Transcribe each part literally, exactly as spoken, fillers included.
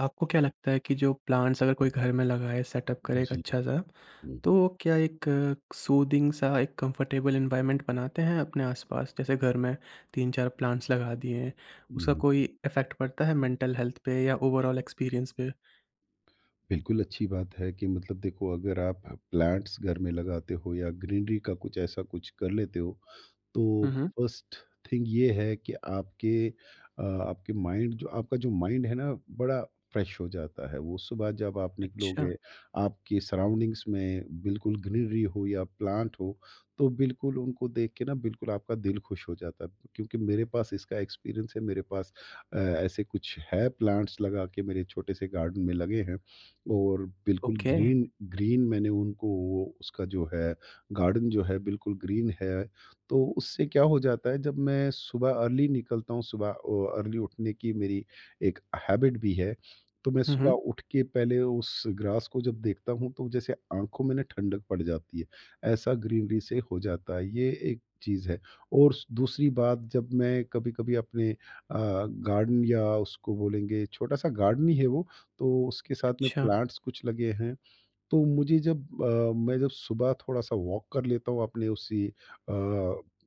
आपको क्या लगता है कि जो प्लांट्स अगर कोई घर में लगाए, सेटअप करे एक जी। अच्छा-सा, हुँ, हुँ, तो वो क्या एक सूदिंग सा, एक कंफर्टेबल एनवायरनमेंट बनाते हैं अपने आसपास? जैसे घर में तीन-चार प्लांट्स लगा दिए, हैं, उसका हुँ। कोई इफ़ेक्ट पड़ता है मेंटल हेल्थ पे या ओवरऑल एक्सपीरियंस पे? बिल्कुल अच्छी बात है कि मतलब देखो, अगर आप प्लांट्स घर में लगाते हो या ग्रीनरी का कुछ ऐसा कुछ कर लेते हो, तो हुँ, हुँ। फर्स्ट थिंग ये है कि आपके अ, आपके माइंड, जो आपका जो माइंड है ना, बड़ा फ्रेश हो जाता है। वो सुबह जब आप अच्छा। निकलोगे, आपके सराउंडिंग्स में बिल्कुल ग्रीनरी हो या प्लांट हो, तो बिल्कुल उनको देख के ना बिल्कुल आपका दिल खुश हो जाता है। क्योंकि मेरे पास इसका एक्सपीरियंस है, मेरे पास अ, ऐसे कुछ है प्लांट्स लगा के, मेरे छोटे से गार्डन में लगे हैं और बिल्कुल ओके। ग्रीन ग्रीन मैंने उनको, वो उसका जो है गार्डन जो है बिल्कुल ग्रीन है। तो उससे क्या हो जाता है, जब मैं सुबह अर्ली निकलता हूँ, सुबह ओ अर्ली उठने की मेरी एक हैबिट भी है, तो मैं हुँ, सुबह हुँ। उठ के पहले उस ग्रास को जब देखता हूँ तो जैसे आँखों में ना ठंडक पड़ जाती है, ऐसा ग्रीनरी से हो जाता है। ये एक चीज़ है। और स दूसरी बात, जब मैं कभी-कभी अपने अ, गार्डन, या उसको बोलेंगे छोटा-सा गार्डन ही है वो, तो उसके साथ में अच्छा। प्लांट्स कुछ लगे हैं, तो मुझे जब अ, मैं जब सुबह थोड़ा-सा वॉक कर लेता हूँ अपने उसी अ,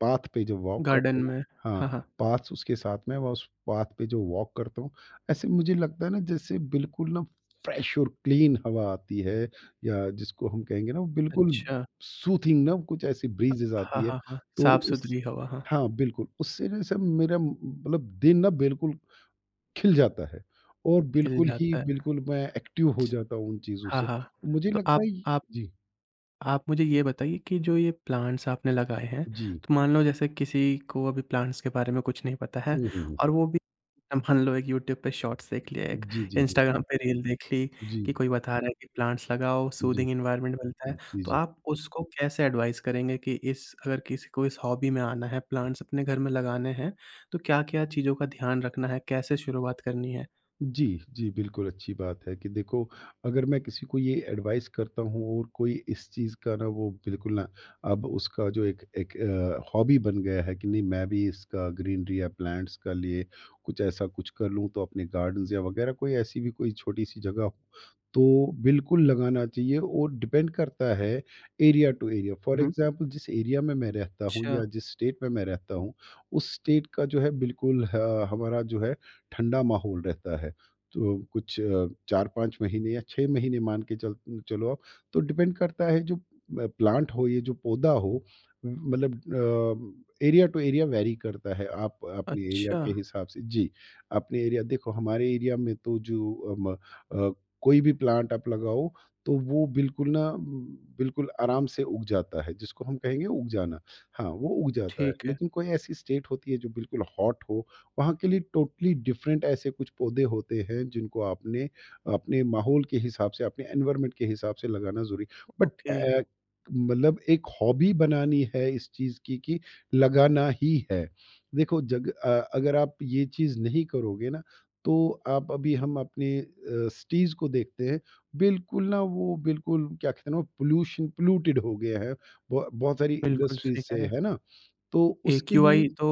पाथ पे जब वॉक गार्डन करता हूँ, में। हाँ, हाँ, हाँ। पाथ उसके साथ में, मैं उस पाथ पे जो वॉक करता हूँ, ऐसे मुझे लगता है ना जैसे बिल्कुल ना फ्रेश और क्लीन हवा आती है, या जिसको हम कहेंगे ना वो बिल्कुल अच्छा। सूथिंग ना कुछ ऐसी ब्रीजेज़ हाँ, आती है। हाँ, हाँ। तो उस साफ-सुथरी हवा, हाँ। हाँ, बिल्कुल उससे जैसे मेरा मतलब दिन ना बिल्कुल खिल जाता है और खिल बिल्कुल ही जाता है। बिल्कुल मैं एक्टिव हो च जाता हूँ उन चीज़ों हाँ, से। हाँ। मुझे तो लगता आप है आप ये- जी, आप मुझे ये बताइए कि जो ये प्लांट्स आपने लगाए हैं, जी। तो मान लो जैसे किसी को अभी प्लांट्स के बारे में कुछ नहीं पता है हुँ, हुँ, हुँ। और वो भी मान लो एक यूट्यूब पे शॉर्ट्स देख लिया एक, जी, जी, जी। इंस्टाग्राम पे रील देख ली जी, कि कोई बता रहा है कि प्लांट्स लगाओ, जी, सूदिंग एनवायरनमेंट मिलता है। जी, जी, तो जी। आप उसको कैसे एडवाइस करेंगे कि इस अगर किसी को इस हॉबी में आना है, प्लांट्स अपने घर में लगाने हैं, तो क्या-क्या चीज़ों का ध्यान रखना है, कैसे शुरुआत करनी है? जी, जी, बिल्कुल अच्छी बात है कि देखो, अगर मैं किसी को ये एडवाइस करता हूँ और कोई इस चीज़ का ना, वो बिल्कुल ना, अब उसका जो एक एक अ, हॉबी बन गया है कि नहीं, मैं भी इसका ग्रीनरी या प्लांट्स का लिए कुछ ऐसा कुछ कर लूँ, तो अपने गार्डन्स या वगैरह कोई ऐसी भी कोई छोटी-सी जगह हो, तो बिल्कुल लगाना चाहिए। और डिपेंड करता है area to area. For hmm, hmm. Example जिस एरिया में मैं रहता हूँ अच्छा, या जिस स्टेट में मैं रहता हूँ, उस स्टेट का जो है बिल्कुल ह हमारा जो है ठंडा माहौल रहता है। तो कुछ अ, चार पाँच महीने या छह महीने मान के चल चलो आप, तो डिपेंड करता है जो अ, प्लांट हो, ये जो पौधा हो, मतलब अ, एरिया टू एरिया वैरी करता है। आप अपने एरिया अच्छा, के हिसाब से, जी, अपने एरिया, देखो हमारे एरिया में तो जो अम अ, कोई भी प्लांट आप लगाओ, तो वो बिल्कुल ना म, बिल्कुल आराम से उग जाता है, जिसको हम कहेंगे उग जाना। हाँ, वो उग जाता है, ठीक है। लेकिन कोई ऐसी स्टेट होती है जो बिल्कुल हॉट हो, वहाँ के लिए टोटली डिफरेंट ऐसे कुछ पौधे होते हैं, जिनको आपने अपने माहौल के हिसाब से, अपने एनवायरनमेंट के हिसाब से लगाना ज़रूरी। But okay. अ, मतलब एक हॉबी बनानी है इस चीज़ की कि लगाना ही है। देखो जग अ, अगर आप ये चीज़ नहीं करोगे ना, तो आप अभी हम अपने अ, सिटीज़ को देखते हैं, बिल्कुल ना वो बिल्कुल क्या कहते हैं ना, पॉल्यूशन पॉल्यूटेड हो गया है। ब बहुत सारी बिल्कुल इंडस्ट्रीज़ सही कह से रहे हैं। है ना? तो उसके एक्यूआई लिए, तो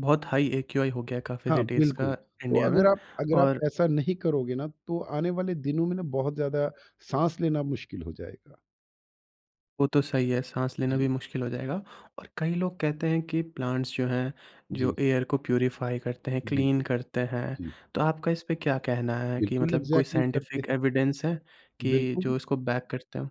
बहुत हाई एक्यूआई हो गया है काफ़ी हाँ, सिटीज़ बिल्कुल। का तो इंडिया अगर में। आप अगर आप और ऐसा नहीं करोगे ना, तो आने वाले दिनों में ना बहुत ज़्यादा साँस लेना मुश्किल हो जाएगा। वो तो सही है, साँस लेना भी जी, मुश्किल हो जाएगा। और कई लोग कहते हैं कि प्लांट्स जो हैं, जो जी, एयर को प्यूरीफाई करते हैं, क्लीन बिल्कुल। करते हैं, जी, तो आपका इस पे क्या कहना है कि बिल्कुल मतलब कोई एग्ज़ैक्टली करते साइंटिफिक हैं। एविडेंस है कि बिल्कुल। जो इसको बैक करते हो?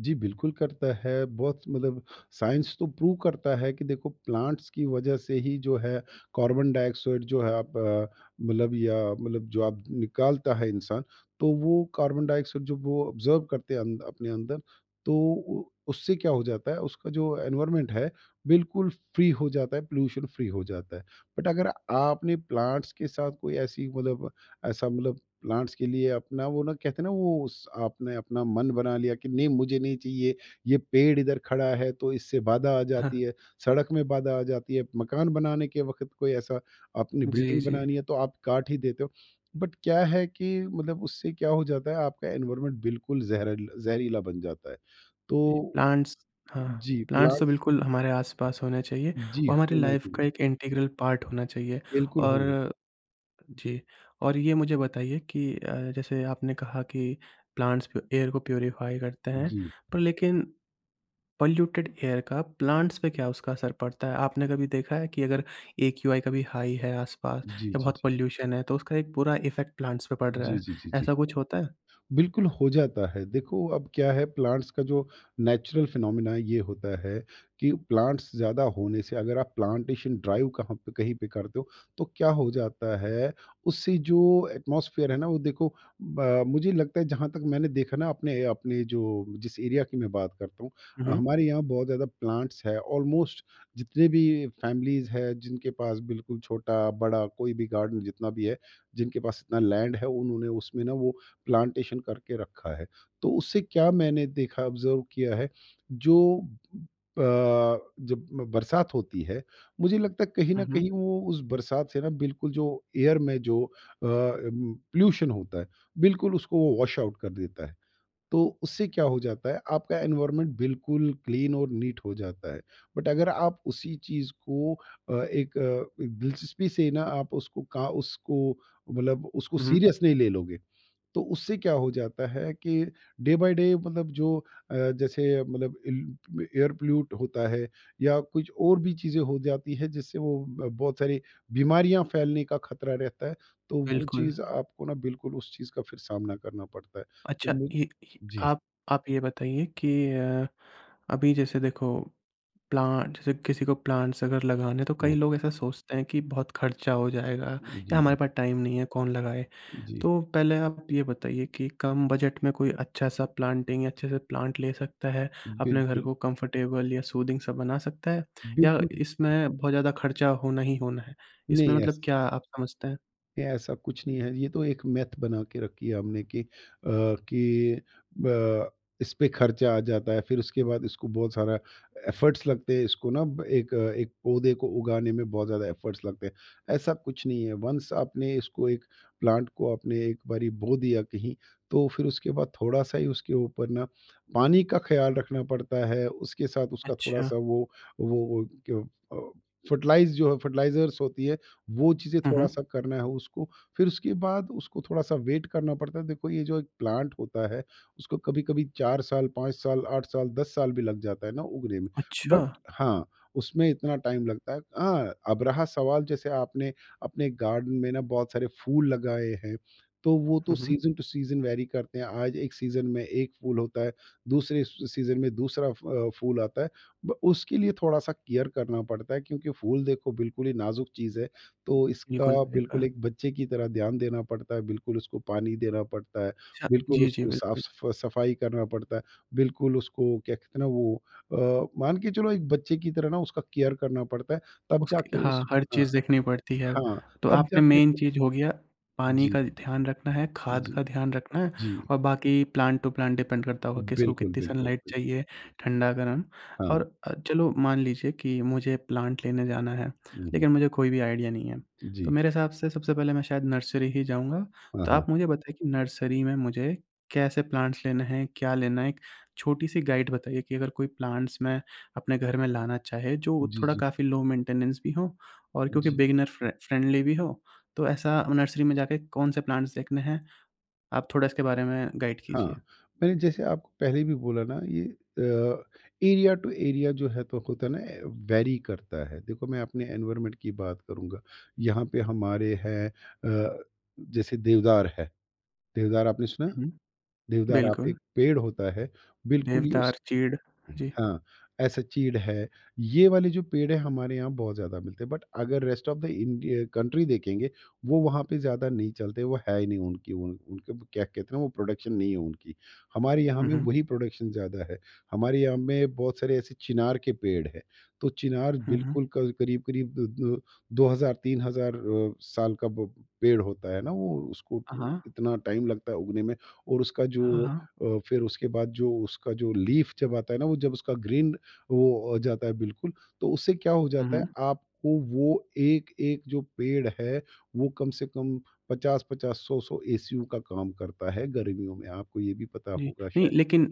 जी, बिल्कुल करता है। बहुत मतलब, साइंस तो प्रूव करता है कि देखो, प्लांट्स की वज़ह से ही जो है कार्बन डाइऑक्साइड जो है आप अ, मतलब, या मतलब, जो आप निकालता है इंसान, तो वो कार्बन डाइऑक्साइड जो वो ऑब्ज़र्व करते हैं अं अपने अंदर, तो उ उससे क्या हो जाता है, उसका जो एनवायरनमेंट है, बिल्कुल फ्री हो जाता है, पोल्यूशन फ्री हो जाता है। बट अगर आपने प्लांट्स के साथ कोई ऐसी मतलब ऐसा मतलब प्लांट्स के लिए अपना वो, ना कहते हैं ना वो, उस आपने अपना मन बना लिया कि नहीं मुझे नहीं चाहिए, ये पेड़ इधर खड़ा है तो इससे बाधा आ हाँ। जाती है, सड़क में बाधा आ जाती है, मकान बनाने के वक्त कोई ऐसा, आपने जी, बिल्डिंग जी। बनानी है तो आप काट ही देते हो। बट क्या है कि मतलब उससे क्या हो जाता है, आपका एनवायरमेंट बिल्कुल जहर जहरीला बन जाता है। तो जी, प्लांट्स। हाँ, जी, प्लांट्स तो प्लांट्स, बिल्कुल हमारे आस-पास होने चाहिए, जी वो हमारी होना लाइफ़ का चाहिए, एक इंटीग्रल पार्ट होना चाहिए। बिल्कुल होना चाहिए। और जी, और ये मुझे बताइए कि अ, जैसे आपने कहा कि प्लांट्स प एयर को प्यूरीफ़ाई करते हैं, जी पर लेकिन पॉल्यूटेड एयर का प्लांट्स पे क्या उसका असर पड़ता है? आपने कभी देखा है कि अगर एक्यूआई कभी हाई है आसपास जी या जी बहुत जी पॉल्यूशन है, तो उसका एक बुरा इफ़ेक्ट प्लांट्स पे पड़ रहा जी है, जी जी जी जी ऐसा कुछ होता है? बिल्कुल हो जाता है। देखो, अब क्या है, प्लांट्स का जो नेचुरल फिनोमिना ये होता है कि प्लांट्स ज़्यादा होने से, अगर आप प्लांटेशन ड्राइव कहाँ पे कहीं पे करते हो, तो क्या हो जाता है, उससे जो एटमॉस्फेयर है ना, वो देखो, ब मुझे लगता है जहाँ तक मैंने देखा ना, अपने अपने जो जिस एरिया की मैं बात करता हूँ, हुँ, अ, हुँ, हमारे यहाँ बहुत ज़्यादा प्लांट्स है। ऑलमोस्ट जितने भी फैमिलीज़ है जिनके पास बिल्कुल छोटा-बड़ा कोई भी गार्डन जितना भी है, जिनके पास इतना लैंड है, उन्होंने उसमें ना वो प्लांटेशन करके रखा है। तो उससे क्या मैंने देखा, ऑब्ज़र्व किया है, जो अ, जब बरसात होती है, मुझे लगता है कहीं न हुँ, हुँ, कहीं वो उस बरसात से ना बिल्कुल जो एयर में जो अ, उम, पोल्यूशन होता है, बिल्कुल उसको वो वॉश आउट कर देता है। तो उससे क्या हो जाता है, आपका एनवायरनमेंट बिल्कुल क्लीन और नीट हो जाता है। बट अगर आप उसी चीज़ को अ, एक अ, एक दिलचस्पी से ना, आप उसको का उसको मतलब उसको हुँ, हुँ। सीरियस नहीं ले लोगे, तो उससे क्या हो जाता है कि डे बाय डे, मतलब जो अ, जैसे मतलब इल- एयर पोल्यूट होता है या कुछ और भी चीज़ें हो जाती है, जिससे वो ब- बहुत सारी बीमारियां फैलने का खतरा रहता है, तो वो बिल्कुल। चीज़ आपको ना बिल्कुल उस चीज़ का फिर सामना करना पड़ता है। तो अच्छा, मुझे, ये ये जी, आप आप ये बताइए कि अ अभी जैसे देखो, प्लांट जैसे किसी को प्लांट्स अगर लगाने, तो कई हम्म, लोग ऐसा सोचते हैं कि बहुत खर्चा हो जाएगा या जी, जी हमारे पास टाइम नहीं है कौन लगाए। जी तो पहले आप ये बताइए कि कम बजट में कोई अच्छा सा प्लांटिंग अच्छे से प्लांट ले सकता है, अपने घर बिल्कुल, को कंफर्टेबल या सूदिंग सा बना सकता है, या बिल्कुल। इसमें बहुत ज़्यादा खर्चा होना ही होना है? इसमें नहीं ऐसा मतलब क्या आप समझते हैं? ये ऐसा कुछ नहीं है, ये तो एक मैथ बना के रखी है हमने कि अ, कि ब इस पे खर्चा आ जाता है, फिर उसके बाद इसको बहुत सारा एफर्ट्स लगते हैं, इसको ना ब एक अ, एक पौधे को उगाने में बहुत ज़्यादा एफर्ट्स लगते हैं। ऐसा कुछ नहीं है, वन्स आपने इसको एक प्लांट को आपने एक बारी बो दिया कहीं, तो फिर उसके बाद थोड़ा-सा ही उसके ऊपर ना पानी का ख़्याल रखना पड़ता है, उसके साथ उसका अच्छा। थोड़ा-सा वो, वो वो क्यों अ, फर्टिलाइज़ जो है, फर्टिलाइज़र्स होती है, वो चीज़ें हुँ, हुँ। थोड़ा-सा करना है उसको, फिर उसके बाद उसको थोड़ा-सा वेट करना पड़ता है। देखो, ये जो एक प्लांट होता है, उसको कभी-कभी चार साल, पाँच साल, आठ साल, दस साल भी लग जाता है ना उगने में। अच्छा। बट हाँ, उसमें इतना टाइम लगता है। हाँ, अब रहा सवाल, जैसे आपने अपने गार्डन में ना बहुत सारे फूल लगाए हैं, तो वो तो हुँ, हुँ। सीज़न टू सीज़न वैरी करते हैं। आज एक सीज़न में एक फूल होता है, दूसरे स सीज़न में दूसरा फ अ, फूल आता है। ब उसके लिए थोड़ा-सा केयर करना पड़ता है, क्योंकि फूल देखो बिल्कुल ही नाज़ुक चीज़ है। तो इसका बिल्कुल सही बिल्कुल कहा। एक बच्चे की तरह ध्यान देना पड़ता है, बिल्कुल उसको पानी देना पड़ता है, अच्छा। बिल्कुल जी, जी, उसको बिल्कुल। साफ-सफ सफाई करना पड़ता है, बिल्कुल उसको क्या कहते हैं ना वो, अ, मान के चलो एक बच्चे की तरह ना उसका केयर करना पड़ता है, तब उसकी, जाके हाँ, उस, हर हाँ, चीज़ देखनी पड़ती है। हाँ, तो तब आपने जाके, मेन चीज़ हो गया, पानी जी, का ध्यान रखना है, खाद जी, का ध्यान रखना है, जी। और बाकी प्लांट टू प्लांट डिपेंड करता होगा किसको बिल्कुल, कितनी बिल्कुल, सनलाइट बिल्कुल। चाहिए, ठंडा-गरम। हाँ। और अ, चलो मान लीजिए कि मुझे प्लांट लेने जाना है, हुँ, हुँ। लेकिन मुझे कोई भी आइडिया नहीं है। तो जी। मेरे हिसाब से सबसे पहले मैं शायद नर्सरी ही जाऊँगा। हाँ, तो हाँ। आप मुझे बताइए कि नर्सरी में मुझे कैसे प्लांट्स लेने हैं, क्या लेना है? एक छोटी-सी गाइड बताइए कि अगर कोई प्लांट्स में अपने घर में लाना चाहे, जो जी, थोड़ा जी। काफ़ी लो मेंटेनेंस भी हो और क्योंकि जी। बिगिनर फ्रे फ्रेंडली भी हो, तो ऐसा नर्सरी में जाके कौन से प्लांट्स देखने हैं, आप थोड़ा इसके बारे में गाइड हाँ, कीजिए। मैंने जैसे आपको पहले भी बोला ना, ये अ, एरिया टू एरिया जो है तो होता है ना, अ, वैरी करता है। देखो, मैं अपने एनवायरनमेंट की बात करूँगा, यहाँ पे हमारे हैं, अ, जैसे देवदार है, देवदार आपने सुना? हुँ, हुँ। देवदार आप बिल्कुल। एक पेड़ होता है। बिल्कुल ही उस देवदार, चीड़। जी। हाँ, ऐसा चीड़ है। ये वाले जो पेड़ हैं हमारे यहाँ बहुत ज़्यादा मिलते हैं बट अगर rest of the India country देखेंगे, वो वहाँ पे ज़्यादा नहीं चलते, वो है ही नहीं उनकी उन उनके वो क्या कहते हैं ना वो प्रोडक्शन नहीं है उनकी। हमारे यहाँ हुँ, में हुँ, वही प्रोडक्शन ज़्यादा है, हमारे यहाँ में बहुत सारे ऐसे चिनार के पेड़ हैं। तो चिनार हुँ, हुँ। बिल्कुल क करीब-करीब द दो हज़ार-तीन हज़ार अ, साल का ब पेड़ होता है ना, वो उसको हाँ, हाँ। इतना टाइम लगता है उगने में। और उसका हाँ, जो हाँ। अ, फिर उसके बाद जो उसका जो लीफ जब आता है ना, वो जब उसका ग्रीन वो हो जाता है बिल्कुल, तो उससे क्या हो हुँ, जाता है हुँ। आपको वो एक-एक जो पेड़ है, वो कम से कम पचास पचास, सौ सौ एसीयू का काम करता है गर्मियों में। आपको ये भी पता जी, होगा नहीं। शायद। लेकिन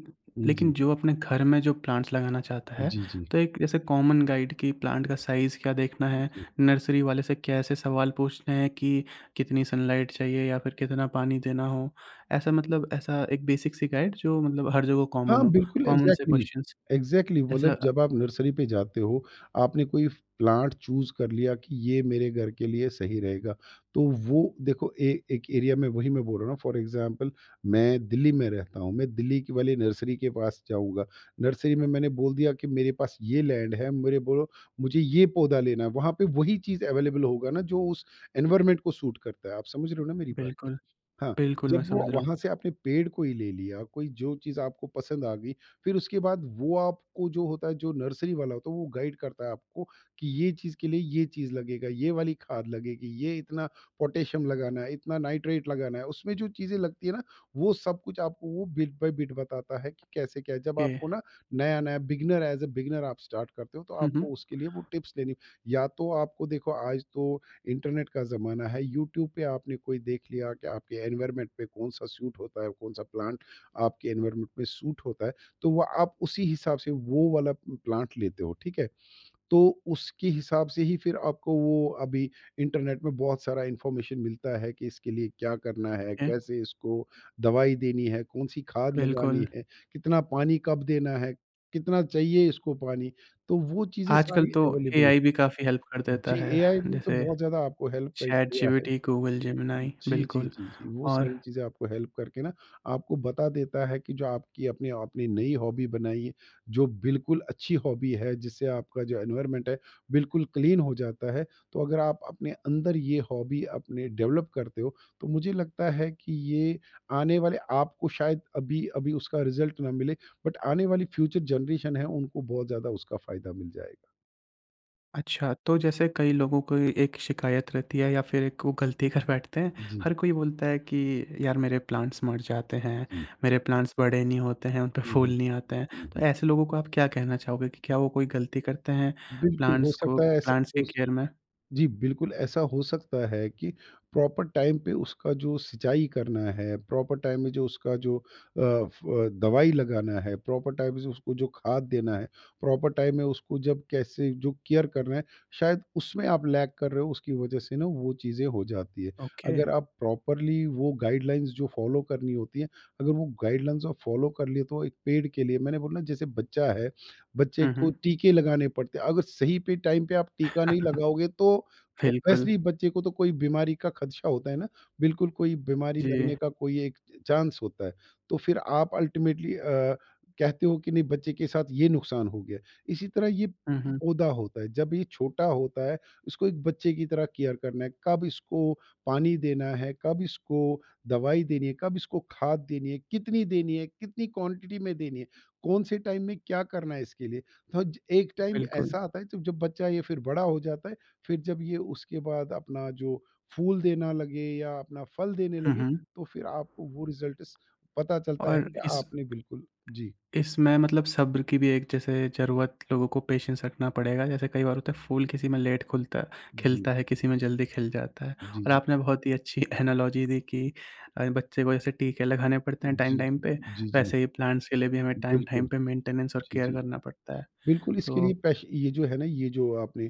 लेकिन जी, जो अपने घर में जो प्लांट्स लगाना चाहता है, जी, जी, तो एक जैसे कॉमन गाइड कि प्लांट का साइज़ क्या देखना है, जी। नर्सरी वाले से कैसे सवाल पूछने हैं कि कितनी सनलाइट चाहिए या फिर कितना पानी देना हो। ऐसा मतलब ऐसा एक बेसिक सी गाइड जो मतलब हर जगह कॉमन हाँ, हो, बिल्कुल कॉमन से एग्ज़ैक्टली। क्वेश्चंस एग्ज़ैक्टली ऐसा। मतलब जब आप नर्सरी पे जाते हो, आपने कोई फ प्लांट चूज़ कर लिया कि ये मेरे घर के लिए सही रहेगा। तो वो देखो ए एक एरिया में वही मैं बोल रहा हूँ ना, फ़ॉर एग्ज़ाम्पल मैं दिल्ली में रहता हूँ, मैं दिल्ली की वाली नर्सरी के पास जाऊँगा। नर्सरी में मैंने बोल दिया कि मेरे पास ये लैंड है, मेरे बोलो मुझे ये पौधा लेना है, वहाँ पे वही चीज़ अवेलेबल होगा ना जो उस एनवायरनमेंट को सूट करता है। आप समझ रहे हो ना मेरी बात? बिल्कुल। हाँ। बिल्कुल मैं जब वो समझ रहा हूँ। वहाँ से आपने पेड़ को ही ले लिया, कोई जो चीज़ आपको पसंद आ गई, फिर उसके बाद वो आपको जो होता है, जो नर्सरी वाला होता है, वो गाइड करता है आपको कि ये चीज़ के लिए ये चीज़ लगेगा, ये वाली खाद लगेगी, ये इतना पोटेशियम लगाना है, इतना नाइट्रेट लगाना है। उसमें जो चीज़ें लगती है ना, वो सब कुछ आपको वो बिट बाय बिट बताता है कि कैसे क्या है। जब ये आपको ना नया-नया बिगिनर एज़ अ बिगिनर आप स्टार्ट करते हो, तो हुँ, हुँ, आपको उसके लिए वो टिप्स लेनी। या तो आपको देखो आज तो इंटरनेट का ज़माना है, यूट्यूब पे आपने कोई देख लिया कि आपके एनवायरनमेंट पे कौन सा सूट होता है, कौन सा प्लांट आपके एनवायरनमेंट में सूट होता है, तो वो आप उसी हिसाब से वो वाला प्लांट लेते हो। ठीक है, तो उसके हिसाब से ही फिर आपको वो अभी इंटरनेट में बहुत सारा इंफॉर्मेशन मिलता है कि इसके लिए क्या करना है, ये कैसे इसको दवाई देनी है, कौन सी खाद बिल्कुल। लगानी है, कितना पानी कब देना है, कितना चाहिए इसको पानी। तो वो चीज़ें आजकल सारी तो अवेलेबल है। एआई भी काफ़ी हेल्प कर देता जी, है, एआई ने तो जैसे बहुत ज़्यादा आपको हेल्प कर चैट किया है। GPT, Google Gemini. जी, जी, बिल्कुल। जी, जी, वो और सारी चीज़ें आपको हेल्प करके ना आपको बता देता है कि जो आपकी अपनी आपने नई हॉबी बनाई है, जो बिल्कुल अच्छी हॉबी है, जिससे आपका जो एनवायरनमेंट है, बिल्कुल क्लीन हो जाता है। तो अगर आप अपने अंदर ये हॉबी अपने डेवलप करते हो, तो मुझे लगता है कि ये आने वाले आपको शायद अभी-अभी उसका रिज़ल्ट ना मिले, बट आने वाली फ्यूचर जनरेशन है, उनको बहुत ज़्यादा उसका फ़ायदा मिल जाएगा। अच्छा, तो जैसे कई लोगों को एक शिकायत रहती है या फिर एक वो गलती कर बैठते हैं। जी, हर कोई बोलता है कि यार मेरे प्लांट्स मर जाते हैं, जी। मेरे प्लांट्स बड़े नहीं होते हैं, उन पे हुँ, हुँ, फूल नहीं आते हैं। हुँ, तो हुँ। ऐसे लोगों को आप क्या कहना चाहोगे कि क्या वो कोई गलती करते हैं बिल्कुल, हो प्लांट्स को सकता है ऐसा प्लांट्स की हो स केयर में? जी, बिल्कुल ऐसा हो सकता है कि प्रॉपर टाइम पे उसका जो सिंचाई करना है, प्रॉपर टाइम में जो उसका जो अ, फ अ, दवाई लगाना है, प्रॉपर टाइम से उसको जो खाद देना है, प्रॉपर टाइम में उसको जब कैसे जो केयर करना है, शायद उसमें आप लैग कर रहे हो, उसकी वजह से ना वो चीज़ें हो जाती है। ओके। अगर आप प्रॉपरली वो गाइडलाइंस जो फ़ॉलो करनी होती है, अगर वो गाइडलाइंस आप फ़ॉलो कर लिए, तो एक पेड़ के लिए मैंने बोला ना, जैसे बच्चा है, बच्चे हुँ, को हुँ। टीके लगाने पड़ते हैं। अगर सही पे टाइम पे आप टीका नहीं लगाओगे तो बिल्कुल। ऑब्वियसली बच्चे को तो कोई बीमारी का खदशा होता है ना, बिल्कुल कोई बीमारी जी। लगने का कोई एक चांस होता है। तो फिर आप अल्टीमेटली अ, कहते हो कि नहीं बच्चे के साथ ये नुकसान हो गया। इसी तरह ये हुँ, हुँ। पौधा होता है, जब ये छोटा होता है इसको एक बच्चे की तरह केयर करना है। कब इसको पानी देना है, कब इसको दवाई देनी है, कब इसको खाद देनी है, कितनी देनी है, कितनी क्वांटिटी में देनी है, कौन से टाइम में क्या करना है इसके लिए। तो ज- एक टाइम बिल्कुल। ऐसा आता है जब जब बच्चा ये फिर बड़ा हो जाता है। फिर जब ये उसके बाद अपना जो फूल देना लगे या अपना फल देने हुँ, लगे, हुँ। तो फिर आपको वो रिजल्ट पता चलता है और कि इस आपने बिल्कुल। जी, इसमें मतलब सब्र की भी एक जैसे ज़रूरत, लोगों को पेशेंस रखना पड़ेगा। जैसे कई बार होता है फूल किसी में लेट खुलता जी, खिलता है, किसी में जल्दी खिल जाता है। जी, और जी, आपने बहुत ही अच्छी एनालॉजी दी कि अ, बच्चे को जैसे टीके लगाने पड़ते हैं जी, टाइम-टाइम जी, पे, जी, जी, वैसे ही प्लांट्स के लिए भी हमें बिल्कुल, टाइम-टाइम पे मेंटेनेंस और जी, केयर जी, करना पड़ता है। बिल्कुल। इसके तो लिए पैश ये जो है ना, ये जो आपने,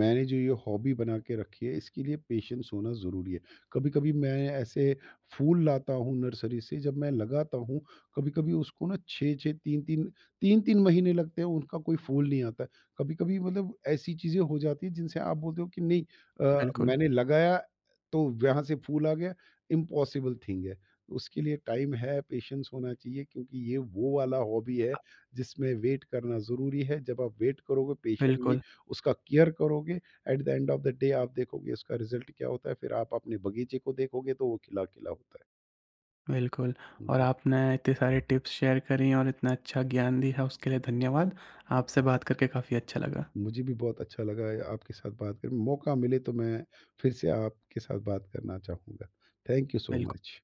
मैंने जो ये हॉबी बना के रखी है, इसके लिए पेशेंस होना ज़रूरी है। कभी-कभी मैं ऐसे फूल लाता हूँ नर्सरी से, जब मैं लगाता हूँ, कभी-कभी उसको ना छह छह, तीन तीन तीन तीन महीने लगते हैं, उनका कोई फूल नहीं आता। कभी-कभी मतलब ऐसी चीज़ें हो जाती हैं, जिनसे आप बोलते हो कि नहीं अ, बिल्कुल, मैंने लगाया, तो यहाँ से फूल आ गया, इम्पॉसिबल थिंग है। उसके लिए टाइम है, पेशेंस होना चाहिए क्योंकि ये वो वाला हॉबी है जिसमें वेट करना ज़रूरी है। जब आप वेट करोगे पेशेंटली, बिल्कुल, उसका केयर करोगे, at the end of the day आप देखोगे उसका रिज़ल्ट क्या होता है, फिर आप अपने बगीचे को देखोगे तो वो खिला-खिला होता है। बिल्कुल। और जी, आपने इतने सारे टिप्स शेयर करी और इतना अच्छा ज्ञान दिया, उसके लिए धन्यवाद। आपसे जी। बात करके काफ़ी अच्छा लगा। मुझे भी बहुत अच्छा लगा है आपके साथ बात कर, मौका मिले तो मैं फिर से आपके साथ बात करना चाहूँगा। थैंक यू सो बिल्कुल। मच।